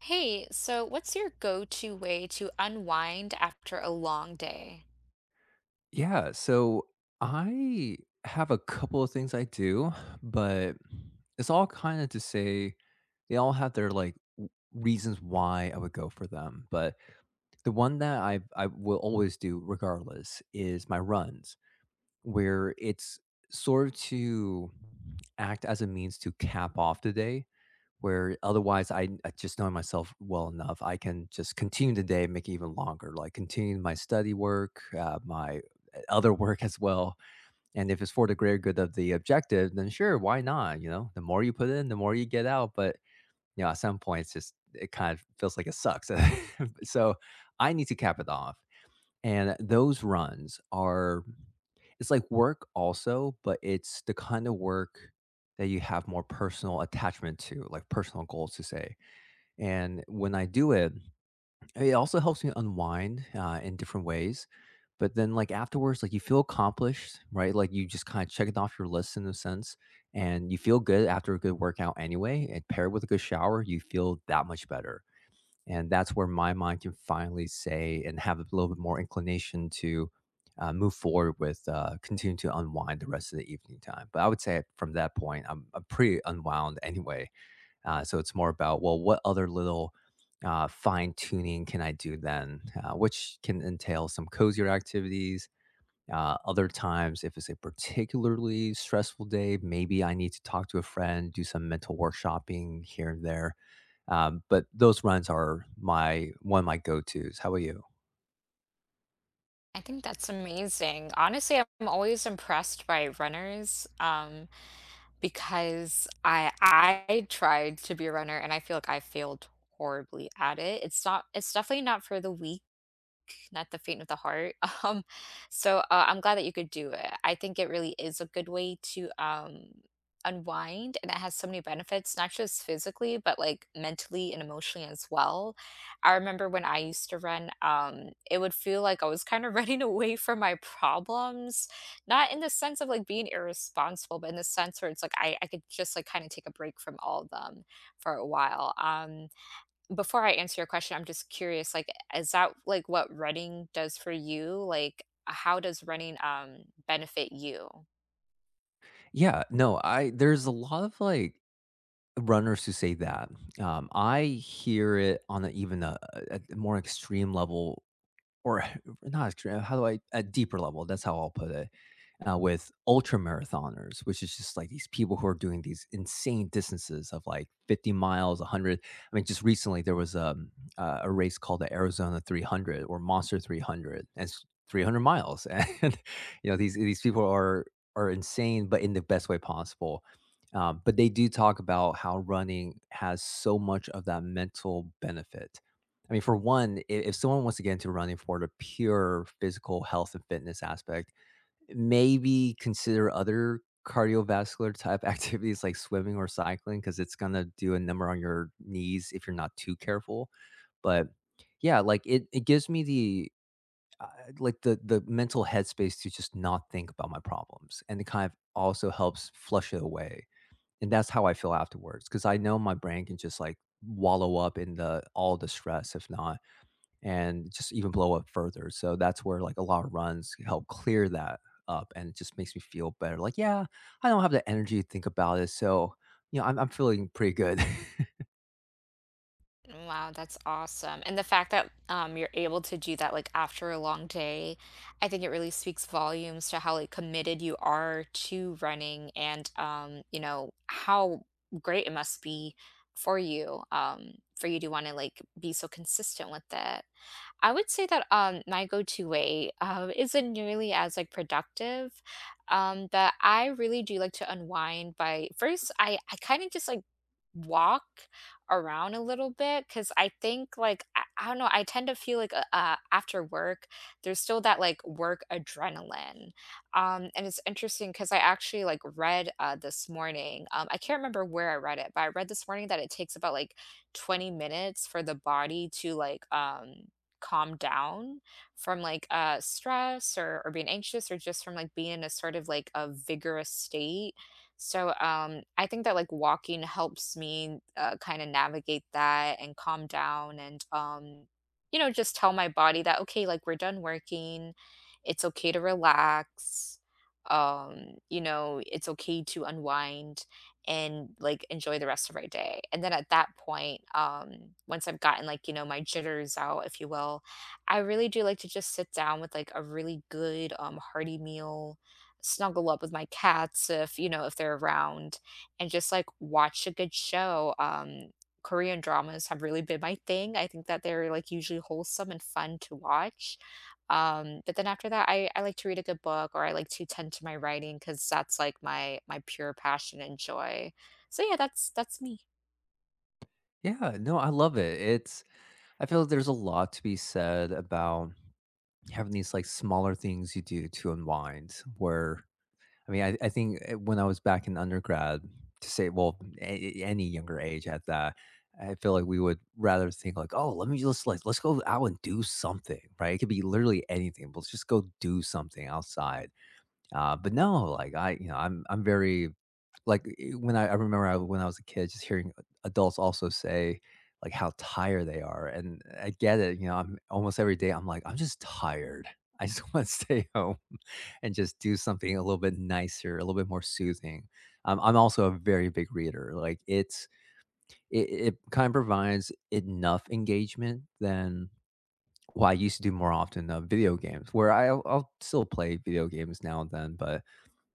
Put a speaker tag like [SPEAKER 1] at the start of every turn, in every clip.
[SPEAKER 1] Hey, so what's your go-to way to unwind after a long day?
[SPEAKER 2] Yeah, so I have a couple of things I do, but it's all kind of to say they all have their reasons why I would go for them. But the one that I will always do regardless is my runs, where it's sort of to act as a means to cap off the day where otherwise I just know myself well enough. I can just continue the day and make it even longer, like continue my study work, my other work as well. And if it's for the greater good of the objective, then sure, why not? You know, the more you put in, the more you get out. But you know, at some point, it kind of feels like it sucks. So I need to cap it off. And those runs are it's like work also, but it's the kind of work that you have more personal attachment to, like personal goals to say. And when I do it, it also helps me unwind, in different ways. But then, like, afterwards, like, you feel accomplished, right? Like, you just kinda check it off your list in a sense, and you feel good after a good workout anyway, and paired with a good shower, you feel that much better. And that's where my mind can finally say and have a little bit more inclination to, move forward with, continue to unwind the rest of the evening time. But I would say from that point, I'm pretty unwound anyway. So it's more about, well, what other little fine tuning can I do then, which can entail some cozier activities. Other times, if it's a particularly stressful day, maybe I need to talk to a friend, do some mental workshopping here and there. But those runs are my one of my go tos. How about you?
[SPEAKER 1] I think that's amazing. Honestly, I'm always impressed by runners, because I tried to be a runner and I feel like I failed horribly at it. It's definitely not for the weak. Not the faint of the heart. Um, I'm glad that you could do it. I think it really is a good way to unwind, and it has so many benefits, not just physically, but like mentally and emotionally as well. I remember when I used to run, it would feel like I was kind of running away from my problems, not in the sense of like being irresponsible, but in the sense where it's like I could just like kind of take a break from all of them for a while. Before I answer your question, I'm just curious, like, is that like what running does for you? Like, how does running benefit you?
[SPEAKER 2] Yeah, no, I there's a lot of like runners who say that. I hear it on a, even a more extreme level or not extreme, how do I a deeper level, that's how I'll put it, with ultra marathoners, which is just like these people who are doing these insane distances of like 50 miles, 100. I mean, just recently there was a race called the Arizona 300 or Monster 300, and it's 300 miles, and you know these people are insane, but in the best way possible. But they do talk about how running has so much of that mental benefit. I mean, for one, I if someone wants to get into running for the pure physical health and fitness aspect, maybe consider other cardiovascular type activities like swimming or cycling because it's gonna do a number on your knees if you're not too careful. But yeah, like it gives me the uh, like the mental headspace to just not think about my problems, and it kind of also helps flush it away. And that's how I feel afterwards because I know my brain can just like wallow up in the all the stress if not and just even blow up further. So that's where like a lot of runs help clear that up and it just makes me feel better. Like, yeah, I don't have the energy to think about it. So, you know, I'm feeling pretty good.
[SPEAKER 1] Wow, that's awesome. And the fact that you're able to do that like after a long day, I think it really speaks volumes to how like committed you are to running and how great it must be for you, um, for you to want to like be so consistent with it. I would say that my go-to way isn't nearly as like productive. But I really do like to unwind by first I kind of just like walk around a little bit because I think like I don't know I tend to feel like after work there's still that like work adrenaline. And it's interesting because I actually like read this morning. I can't remember where I read it, but I read this morning that it takes about like 20 minutes for the body to like calm down from like stress or being anxious or just from like being in a sort of like a vigorous state, so I think that like walking helps me kind of navigate that and calm down and you know just tell my body that okay like we're done working, it's okay to relax, you know it's okay to unwind and, like, enjoy the rest of my day, and then at that point, once I've gotten, like, you know, my jitters out, if you will, I really do like to just sit down with, like, a really good, hearty meal, snuggle up with my cats if, you know, if they're around, and just, like, watch a good show. Korean dramas have really been my thing. I think that they're, like, usually wholesome and fun to watch. But then after that, I like to read a good book or I like to tend to my writing because that's, like, my pure passion and joy. So, yeah, that's me.
[SPEAKER 2] Yeah, no, I love it. It's, I feel there's a lot to be said about having these like smaller things you do to unwind where I mean, I think, when I was back in undergrad, to say well, a any younger age at that, I feel like we would rather think like, "Oh, let me just, like let's go out and do something," right? It could be literally anything, but let's just go do something outside. But no, like, I you know, I'm very like, when I remember I when I was a kid, just hearing adults also say, like, how tired they are, and I get it. You know, I'm almost every day, I'm like, "I'm just tired. I just wanna stay home and just do something a little bit nicer, a little bit more soothing." I'm also a very big reader, like, it's it it kinda provides enough engagement than what I used to do more often of video games, where I, I'll still play video games now and then, but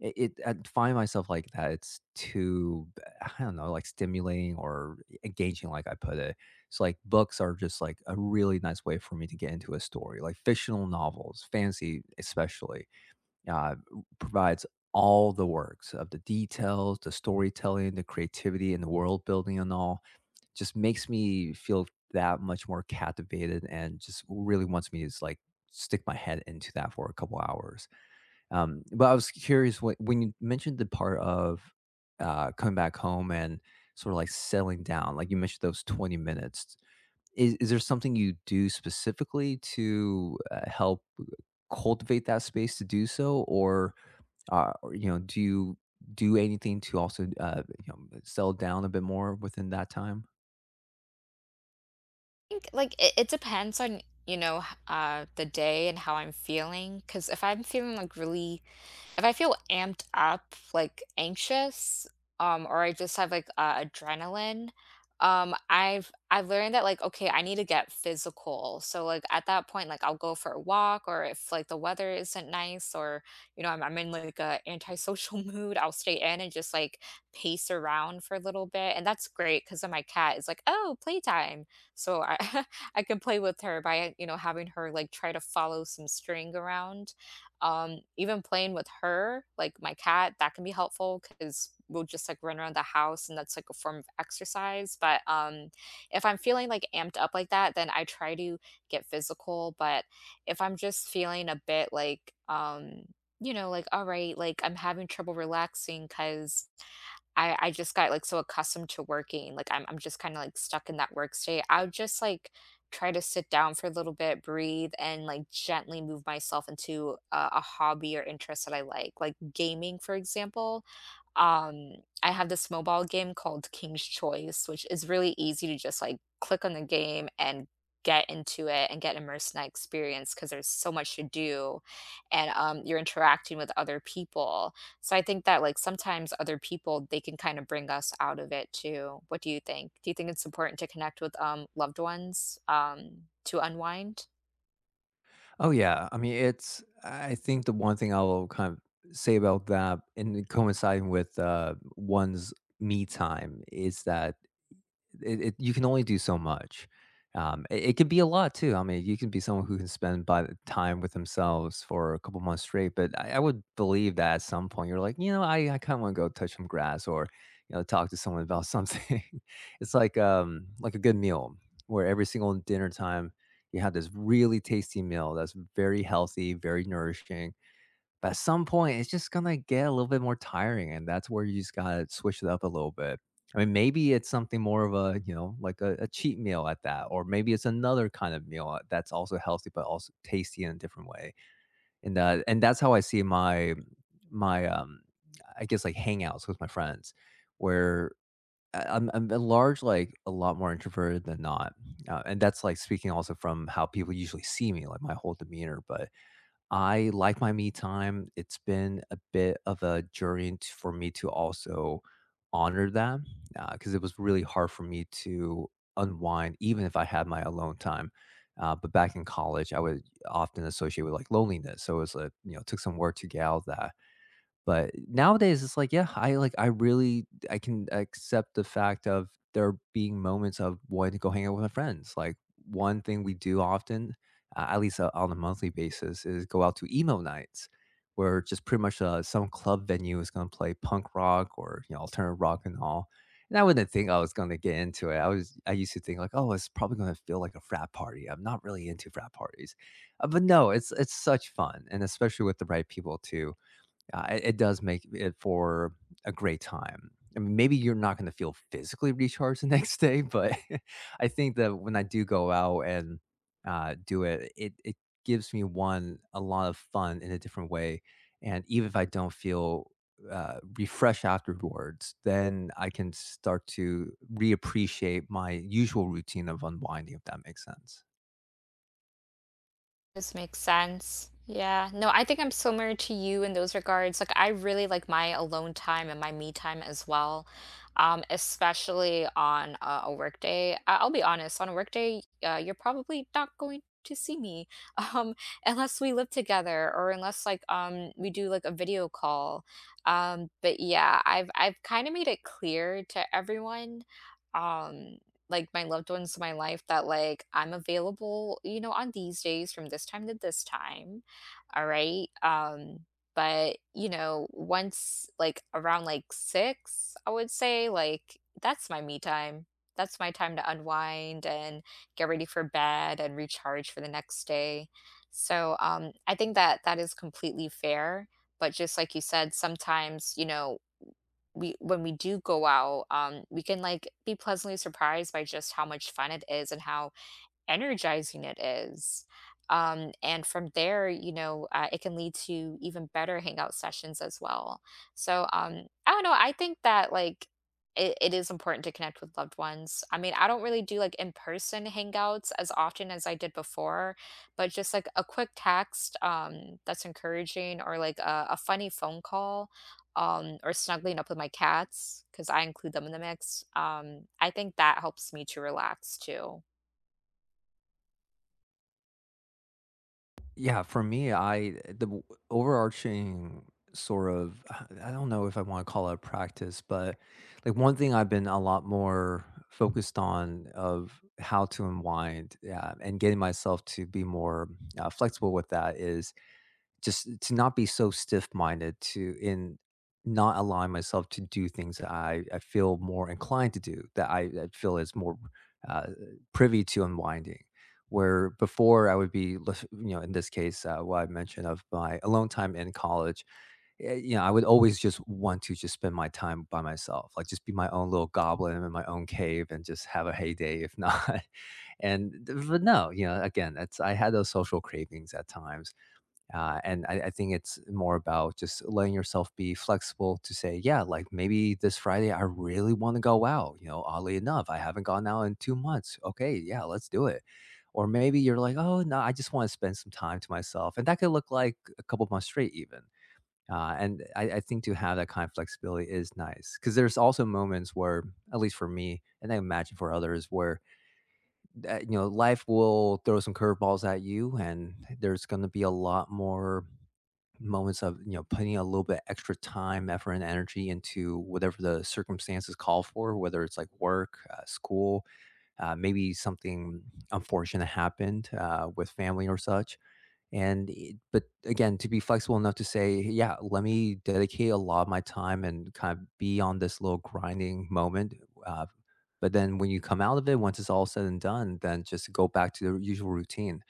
[SPEAKER 2] it I find myself like that, it's too I don't know, like, stimulating or engaging, like I put it. So, like, books are just, like, a really nice way for me to get into a story, like, fictional novels, fantasy especially, uh, provides all the works of the details, the storytelling, the creativity, and the world building and all. Just makes me feel that much more captivated and just really wants me to just, like, stick my head into that for a couple hours. But I was curious what when you mentioned the part of, coming back home and sort of, like, settling down, like, you mentioned those 20 minutes. Is there something you do specifically to, help cultivate that space to do so? Or, you know, do you do anything to also, you know, settle down a bit more within that time?
[SPEAKER 1] Think, like, it depends on, you know, h the day and how I'm feeling. Because if I'm feeling, like, really— if I feel amped up, like anxious, or I just have like adrenaline, I've learned that like okay, I need to get physical. So like at that point, like I'll go for a walk, or if like the weather isn't nice, or you know I'm in like a antisocial mood, I'll stay in and just like pace around for a little bit, and that's great because then my cat is like oh playtime, so I I can play with her by you know having her like try to follow some string around. Even playing with her, like my cat, that can be helpful because 'cause we'll just, like, run around the house, and that's, like, a form of exercise, but, if I'm feeling, like, amped up like that, then I try to get physical. But if I'm just feeling a bit like, you know, like, "Alright," like, I'm having trouble relaxing, because I just got, like, so accustomed to working, like, I'm just kinda, like, stuck in that work state. I would just, like, try to sit down for a little bit, breathe, and, like, gently move myself into a hobby or interest that I like. Like, gaming, for example, um, I have this mobile game called King's Choice, which is really easy to just, like, click on the game and get into it and get immersed in that experience because there's so much to do, and, you're interacting with other people. So I think that, like, sometimes other people, they can kind of bring us out of it too. What do you think? Do you think it's important to connect with loved ones to unwind?
[SPEAKER 2] Oh, yeah. I mean, it's I think the one thing I will kind of say about that and coinciding with, one's me time is that it you can only do so much. It it could be a lot too. I mean, you can be someone who can spend by the time with themselves for a couple months straight, but I would believe that at some point you're like, "You know, I kinda wanna go touch some grass or, you know, talk to someone about something." It's like a good meal where every single dinner time you have this really tasty meal that's very healthy, very nourishing. But at some point, it's just gonna get a little bit more tiring, and that's where you just gotta switch it up a little bit. I mean, maybe it's something more of a, you know, like a cheat meal at that, or maybe it's another kind of meal that's also healthy but also tasty in a different way. And that's how I see my I guess like hangouts with my friends, where I'm at large like a lot more introverted than not, and that's like speaking also from how people usually see me, like my whole demeanor, but I like my me time. It's been a bit of a journey for me to also honor that because it was really hard for me to unwind, even if I had my alone time. But back in college, I would often associate with like loneliness, so it was like you know took some work to get out of that. But nowadays, it's like, yeah, I like I really I can accept the fact of there being moments of wanting to go hang out with my friends. Like one thing we do often, at least on a monthly basis, is go out to emo nights, where just pretty much some club venue is going to play punk rock or you know alternative rock and all. And I wouldn't think I was going to get into it. I was I used to think like, oh, it's probably going to feel like a frat party. I'm not really into frat parties, but no, it's such fun, and especially with the right people too. It it does make it for a great time. I mean, maybe you're not gonna feel physically recharged the next day, but I think that when I do go out and, do it, it it gives me, 1, a lot of fun in a different way, and even if I don't feel, refreshed afterwards, then I can start to reappreciate my usual routine of unwinding, if that makes sense.
[SPEAKER 1] This makes sense. Yeah. No, I think I'm similar to you in those regards. Like, I really like my alone time and my me time as well, especially on a work day. I- I'll be honest, on a work day, you're probably not going to see me um, unless we live together or unless like we do like a video call. But yeah, I've kind of made it clear to everyone. Um, like my loved ones in my life that like I'm available, you know, on these days from this time to this time. All right. But you know, once like around like six, I would say like that's my me time. That's my time to unwind and get ready for bed and recharge for the next day. So I think that that is completely fair. But just like you said, sometimes, you know, we when we do go out, we can, like, be pleasantly surprised by just how much fun it is and how energizing it is. And from there, you know, it can lead to even better hangout sessions as well. So I don't know. I think that like it is important to connect with loved ones. I mean, I don't really do like in person hangouts as often as I did before, but just like a quick text that's encouraging or like a funny phone call or snuggling up with my cats because I include them in the mix. I think that helps me to relax too.
[SPEAKER 2] Yeah, for me, I the overarching sort of I don't know if I want to call it a practice, but like one thing I've been a lot more focused on of how to unwind, yeah, and getting myself to be more flexible with that is just to not be so stiff-minded to in not allowing myself to do things that I feel more inclined to do, that I feel is more, uh, privy to unwinding. Where before I would be lef you know, in this case, what I mentioned of my alone time in college, you know, I would always just want to just spend my time by myself, like, just be my own little goblin in my own cave and just have a heyday if not. But no, you know, again, that's I had those social cravings at times. And I think it's more about just letting yourself be flexible to say, yeah, like maybe this Friday I really want to go out. You know, oddly enough, I haven't gone out in 2 months. Okay, yeah, let's do it. Or maybe you're like, oh no, I just want to spend some time to myself, and that could look like a couple months straight, even. And I think to have that kind of flexibility is nice because there's also moments where, at least for me, and I imagine for others, where you know life will throw some curveballs at you, and there's going to be a lot more moments of, you know, putting a little bit extra time, effort, and energy into whatever the circumstances call for, whether it's like work, school, maybe something unfortunate happened with family or such. And, but again, to be flexible enough to say, yeah, let me dedicate a lot of my time and kind of be on this little grinding moment. Uh, but then when you come out of it, once it's all said and done, then just go back to the usual routine.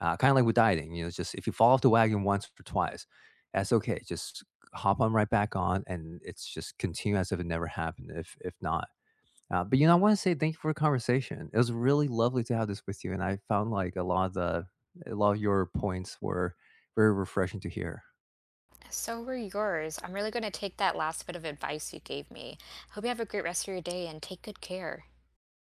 [SPEAKER 2] Kind of like with dieting, you know, it's just if you fall off the wagon once or twice, that's okay. Just hop on right back on, and it's just continue as if it never happened. If not, but you know, I want to say thank you for the conversation. It was really lovely to have this with you, and I found like a lot of the a lot of your points were very refreshing to hear.
[SPEAKER 1] So were yours. I'm really going to take that last bit of advice you gave me. Hope you have a great rest of your day and take good care.